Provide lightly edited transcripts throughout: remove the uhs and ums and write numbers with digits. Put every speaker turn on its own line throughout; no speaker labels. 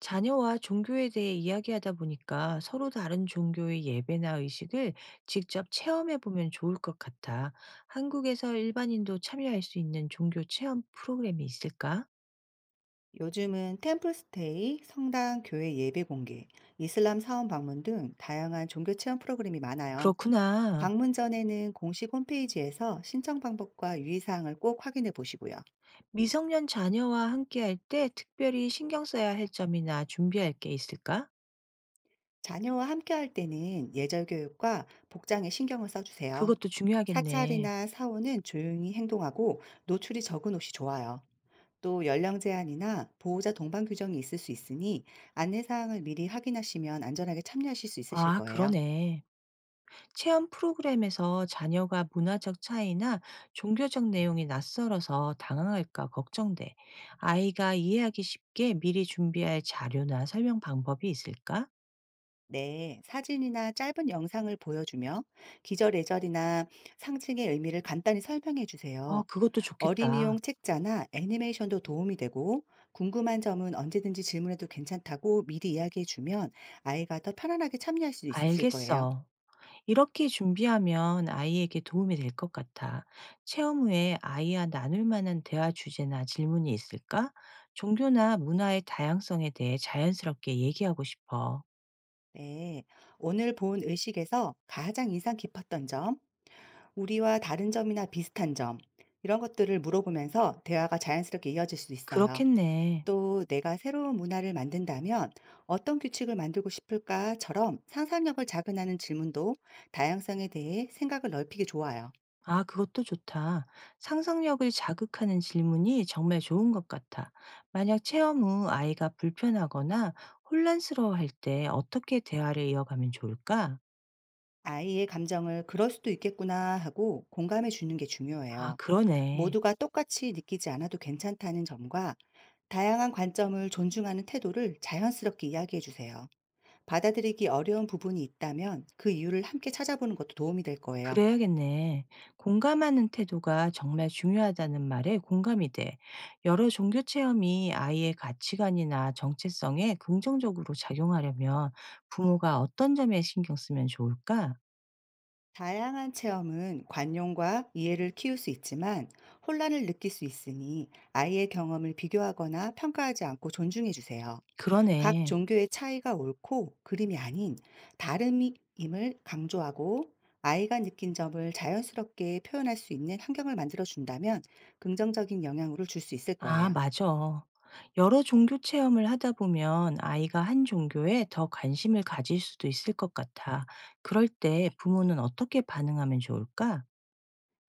자녀와 종교에 대해 이야기하다 보니까 서로 다른 종교의 예배나 의식을 직접 체험해 보면 좋을 것 같아. 한국에서 일반인도 참여할 수 있는 종교 체험 프로그램이 있을까?
요즘은 템플스테이, 성당, 교회 예배 공개, 이슬람 사원 방문 등 다양한 종교 체험 프로그램이 많아요.
그렇구나.
방문 전에는 공식 홈페이지에서 신청 방법과 유의사항을 꼭 확인해 보시고요.
미성년 자녀와 함께할 때 특별히 신경 써야 할 점이나 준비할 게 있을까?
자녀와 함께 할 때는 예절 교육과 복장에 신경을 써주세요.
그것도 중요하겠네.
사찰이나 사원은 조용히 행동하고 노출이 적은 옷이 좋아요. 또 연령 제한이나 보호자 동반 규정이 있을 수 있으니 안내사항을 미리 확인하시면 안전하게 참여하실 수 있으실
아,
거예요.
그러네. 체험 프로그램에서 자녀가 문화적 차이나 종교적 내용이 낯설어서 당황할까 걱정돼. 아이가 이해하기 쉽게 미리 준비할 자료나 설명 방법이 있을까?
네, 사진이나 짧은 영상을 보여주며 기절예절이나 상징의 의미를 간단히 설명해
어,
주세요.
그것도 좋겠다.
어린이용 책자나 애니메이션도 도움이 되고 궁금한 점은 언제든지 질문해도 괜찮다고 미리 이야기해 주면 아이가 더 편안하게 참여할 수 있으실 거예요.
알겠어. 이렇게 준비하면 아이에게 도움이 될 것 같아. 체험 후에 아이와 나눌 만한 대화 주제나 질문이 있을까? 종교나 문화의 다양성에 대해 자연스럽게 얘기하고 싶어.
네, 오늘 본 의식에서 가장 인상 깊었던 점, 우리와 다른 점이나 비슷한 점, 이런 것들을 물어보면서 대화가 자연스럽게 이어질 수 있어요.
그렇겠네.
또 내가 새로운 문화를 만든다면 어떤 규칙을 만들고 싶을까?처럼 상상력을 자극하는 질문도 다양성에 대해 생각을 넓히기 좋아요.
아, 그것도 좋다. 상상력을 자극하는 질문이 정말 좋은 것 같아. 만약 체험 후 아이가 불편하거나 혼란스러워 할 때 어떻게 대화를 이어가면 좋을까?
아이의 감정을 그럴 수도 있겠구나 하고 공감해 주는 게
아,
중요해요.
그러네.
모두가 똑같이 느끼지 않아도 괜찮다는 점과 다양한 관점을 존중하는 태도를 자연스럽게 이야기해 주세요. 받아들이기 어려운 부분이 있다면 그 이유를 함께 찾아보는 것도 도움이 될 거예요.
그래야겠네. 공감하는 태도가 정말 중요하다는 말에 공감이 돼. 여러 종교 체험이 아이의 가치관이나 정체성에 긍정적으로 작용하려면 부모가 어떤 점에 신경 쓰면 좋을까?
다양한 체험은 관용과 이해를 키울 수 있지만 혼란을 느낄 수 있으니 아이의 경험을 비교하거나 평가하지 않고 존중해 주세요. 각
그러네.
종교의 차이가 옳고 그름이 아닌 다름임을 강조하고 아이가 느낀 점을 자연스럽게 표현할 수 있는 환경을 만들어 준다면 긍정적인 영향을 줄 수 있을
아,
거예요.
맞아. 여러 종교 체험을 하다 보면 아이가 한 종교에 더 관심을 가질 수도 있을 것 같아. 그럴 때 부모는 어떻게 반응하면 좋을까?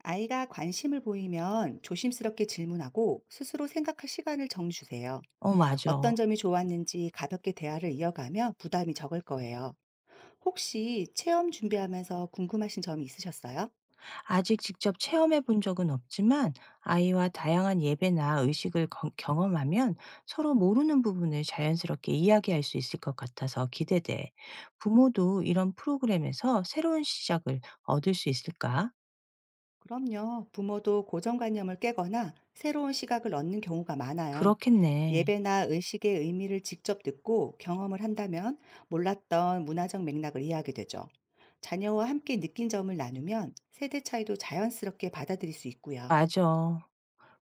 아이가 관심을 보이면 조심스럽게 질문하고 스스로 생각할 시간을 정해 주세요.
어,
어떤
맞아.
점이 좋았는지 가볍게 대화를 이어가면 부담이 적을 거예요. 혹시 체험 준비하면서 궁금하신 점이 있으셨어요?
아직 직접 체험해 본 적은 없지만 아이와 다양한 예배나 의식을 경험하면 서로 모르는 부분을 자연스럽게 이야기할 수 있을 것 같아서 기대돼. 부모도 이런 프로그램에서 새로운 시작을 얻을 수 있을까?
그럼요. 부모도 고정관념을 깨거나 새로운 시각을 얻는 경우가 많아요.
그렇겠네.
예배나 의식의 의미를 직접 듣고 경험을 한다면 몰랐던 문화적 맥락을 이해하게 되죠. 자녀와 함께 느낀 점을 나누면 세대 차이도 자연스럽게 받아들일 수 있고요.
맞아.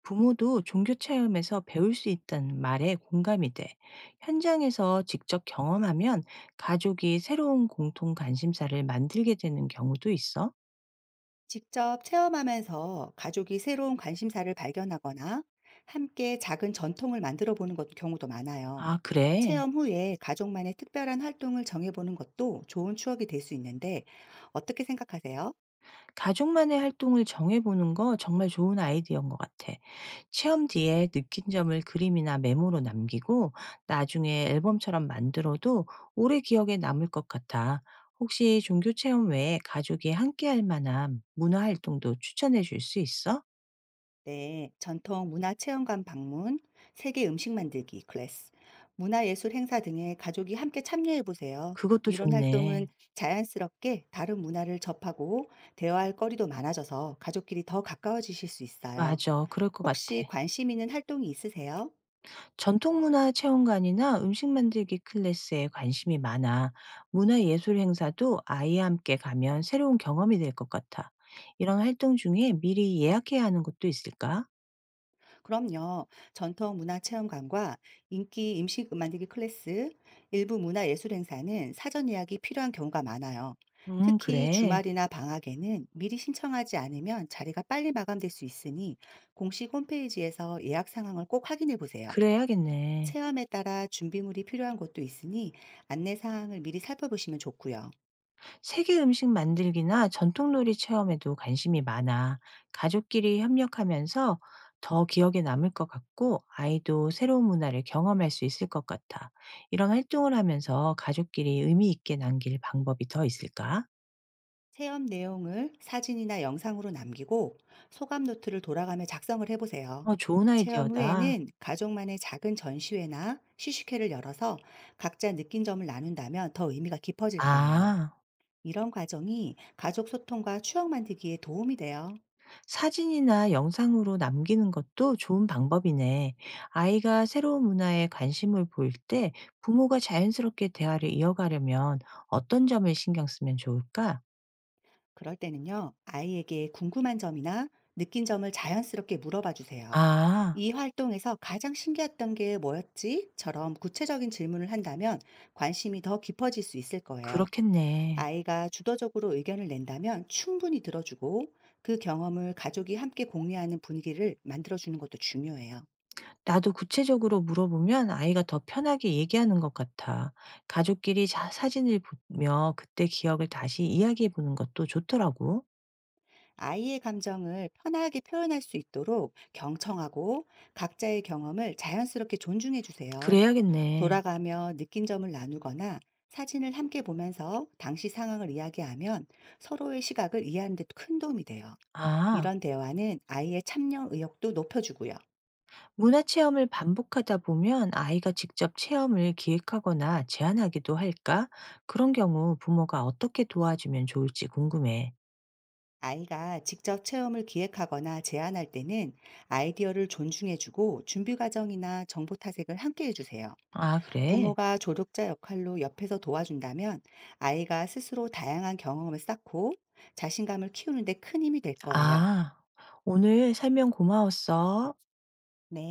부모도 종교 체험에서 배울 수 있다는 말에 공감이 돼. 현장에서 직접 경험하면 가족이 새로운 공통 관심사를 만들게 되는 경우도 있어.
직접 체험하면서 가족이 새로운 관심사를 발견하거나 함께 작은 전통을 경우도 많아요.
아, 그래.
체험 후에 가족만의 특별한 활동을 정해보는 것도 좋은 추억이 될 수 있는데 어떻게 생각하세요?
가족만의 활동을 정해보는 거 정말 좋은 아이디어인 것 같아. 체험 뒤에 느낀 점을 그림이나 메모로 남기고 나중에 앨범처럼 만들어도 오래 기억에 남을 것 같아. 혹시 종교 체험 외에 가족이 함께 할 만한 문화 활동도 추천해 줄 수 있어?
네, 전통 문화 체험관 방문, 세계 음식 만들기 클래스, 문화예술 행사 등에 가족이 함께 참여해 보세요.
그것도
이런 활동은
좋네.
자연스럽게 다른 문화를 접하고 대화할 거리도 많아져서 가족끼리 더 가까워지실 수 있어요.
맞아. 그럴 것 같아.
혹시 관심 있는 활동이 있으세요?
전통 문화 체험관이나 음식 만들기 클래스에 관심이 많아. 문화 예술 행사도 아이와 함께 가면 새로운 경험이 될 것 같아. 이런 활동 중에 미리 예약해야 하는 것도 있을까?
그럼요. 전통 문화 체험관과 인기 음식 만들기 클래스, 일부 문화 예술 행사는 사전 예약이 필요한 경우가 많아요. 특히
그래.
주말이나 방학에는 미리 신청하지 않으면 자리가 빨리 마감될 수 있으니 공식 홈페이지에서 예약 상황을 꼭 확인해 보세요.
그래야겠네.
체험에 따라 준비물이 필요한 곳도 있으니 안내 사항을 미리 살펴보시면 좋고요.
세계 음식 만들기나 전통놀이 체험에도 관심이 많아 가족끼리 협력하면서 더 기억에 남을 것 같고 아이도 새로운 문화를 경험할 수 있을 것 같아. 이런 활동을 하면서 가족끼리 의미 있게 남길 방법이 더 있을까?
체험 내용을 사진이나 영상으로 남기고 소감 노트를 돌아가며 작성을 해보세요.
어, 좋은
체험
아이디어다.
후에는 가족만의 작은 전시회나 시식회를 열어서 각자 느낀 점을 나눈다면 더 의미가 깊어질 거예요.
아,
이런 과정이 가족 소통과 추억 만들기에 도움이 돼요.
사진이나 영상으로 남기는 것도 좋은 방법이네. 아이가 새로운 문화에 관심을 보일 때 부모가 자연스럽게 대화를 이어가려면 어떤 점을 신경 쓰면 좋을까?
그럴 때는요, 아이에게 궁금한 점이나 느낀 점을 자연스럽게 물어봐 주세요.
아
이 활동에서 가장 신기했던 게 뭐였지?처럼 구체적인 질문을 한다면 관심이 더 깊어질 수 있을 거예요.
그렇겠네.
아이가 주도적으로 의견을 낸다면 충분히 들어주고 그 경험을 가족이 함께 공유하는 분위기를 만들어주는 것도 중요해요.
나도 구체적으로 물어보면 아이가 더 편하게 얘기하는 것 같아. 가족끼리 자 사진을 보며 그때 기억을 다시 이야기해 보는 것도 좋더라고.
아이의 감정을 편하게 표현할 수 있도록 경청하고 각자의 경험을 자연스럽게 존중해 주세요.
그래야겠네.
돌아가며 느낀 점을 나누거나 사진을 함께 보면서 당시 상황을 이야기하면 서로의 시각을 이해하는 데 큰 도움이 돼요.
아,
이런 대화는 아이의 참여 의욕도 높여주고요.
문화 체험을 반복하다 보면 아이가 직접 체험을 기획하거나 제안하기도 할까? 그런 경우 부모가 어떻게 도와주면 좋을지 궁금해.
아이가 직접 체험을 기획하거나 제안할 때는 아이디어를 존중해주고 준비 과정이나 정보 탐색을 함께 해주세요.
아, 그래?
부모가 조력자 역할로 옆에서 도와준다면 아이가 스스로 다양한 경험을 쌓고 자신감을 키우는데 큰 힘이 될 거예요.
아, 오늘 설명 고마웠어.
네.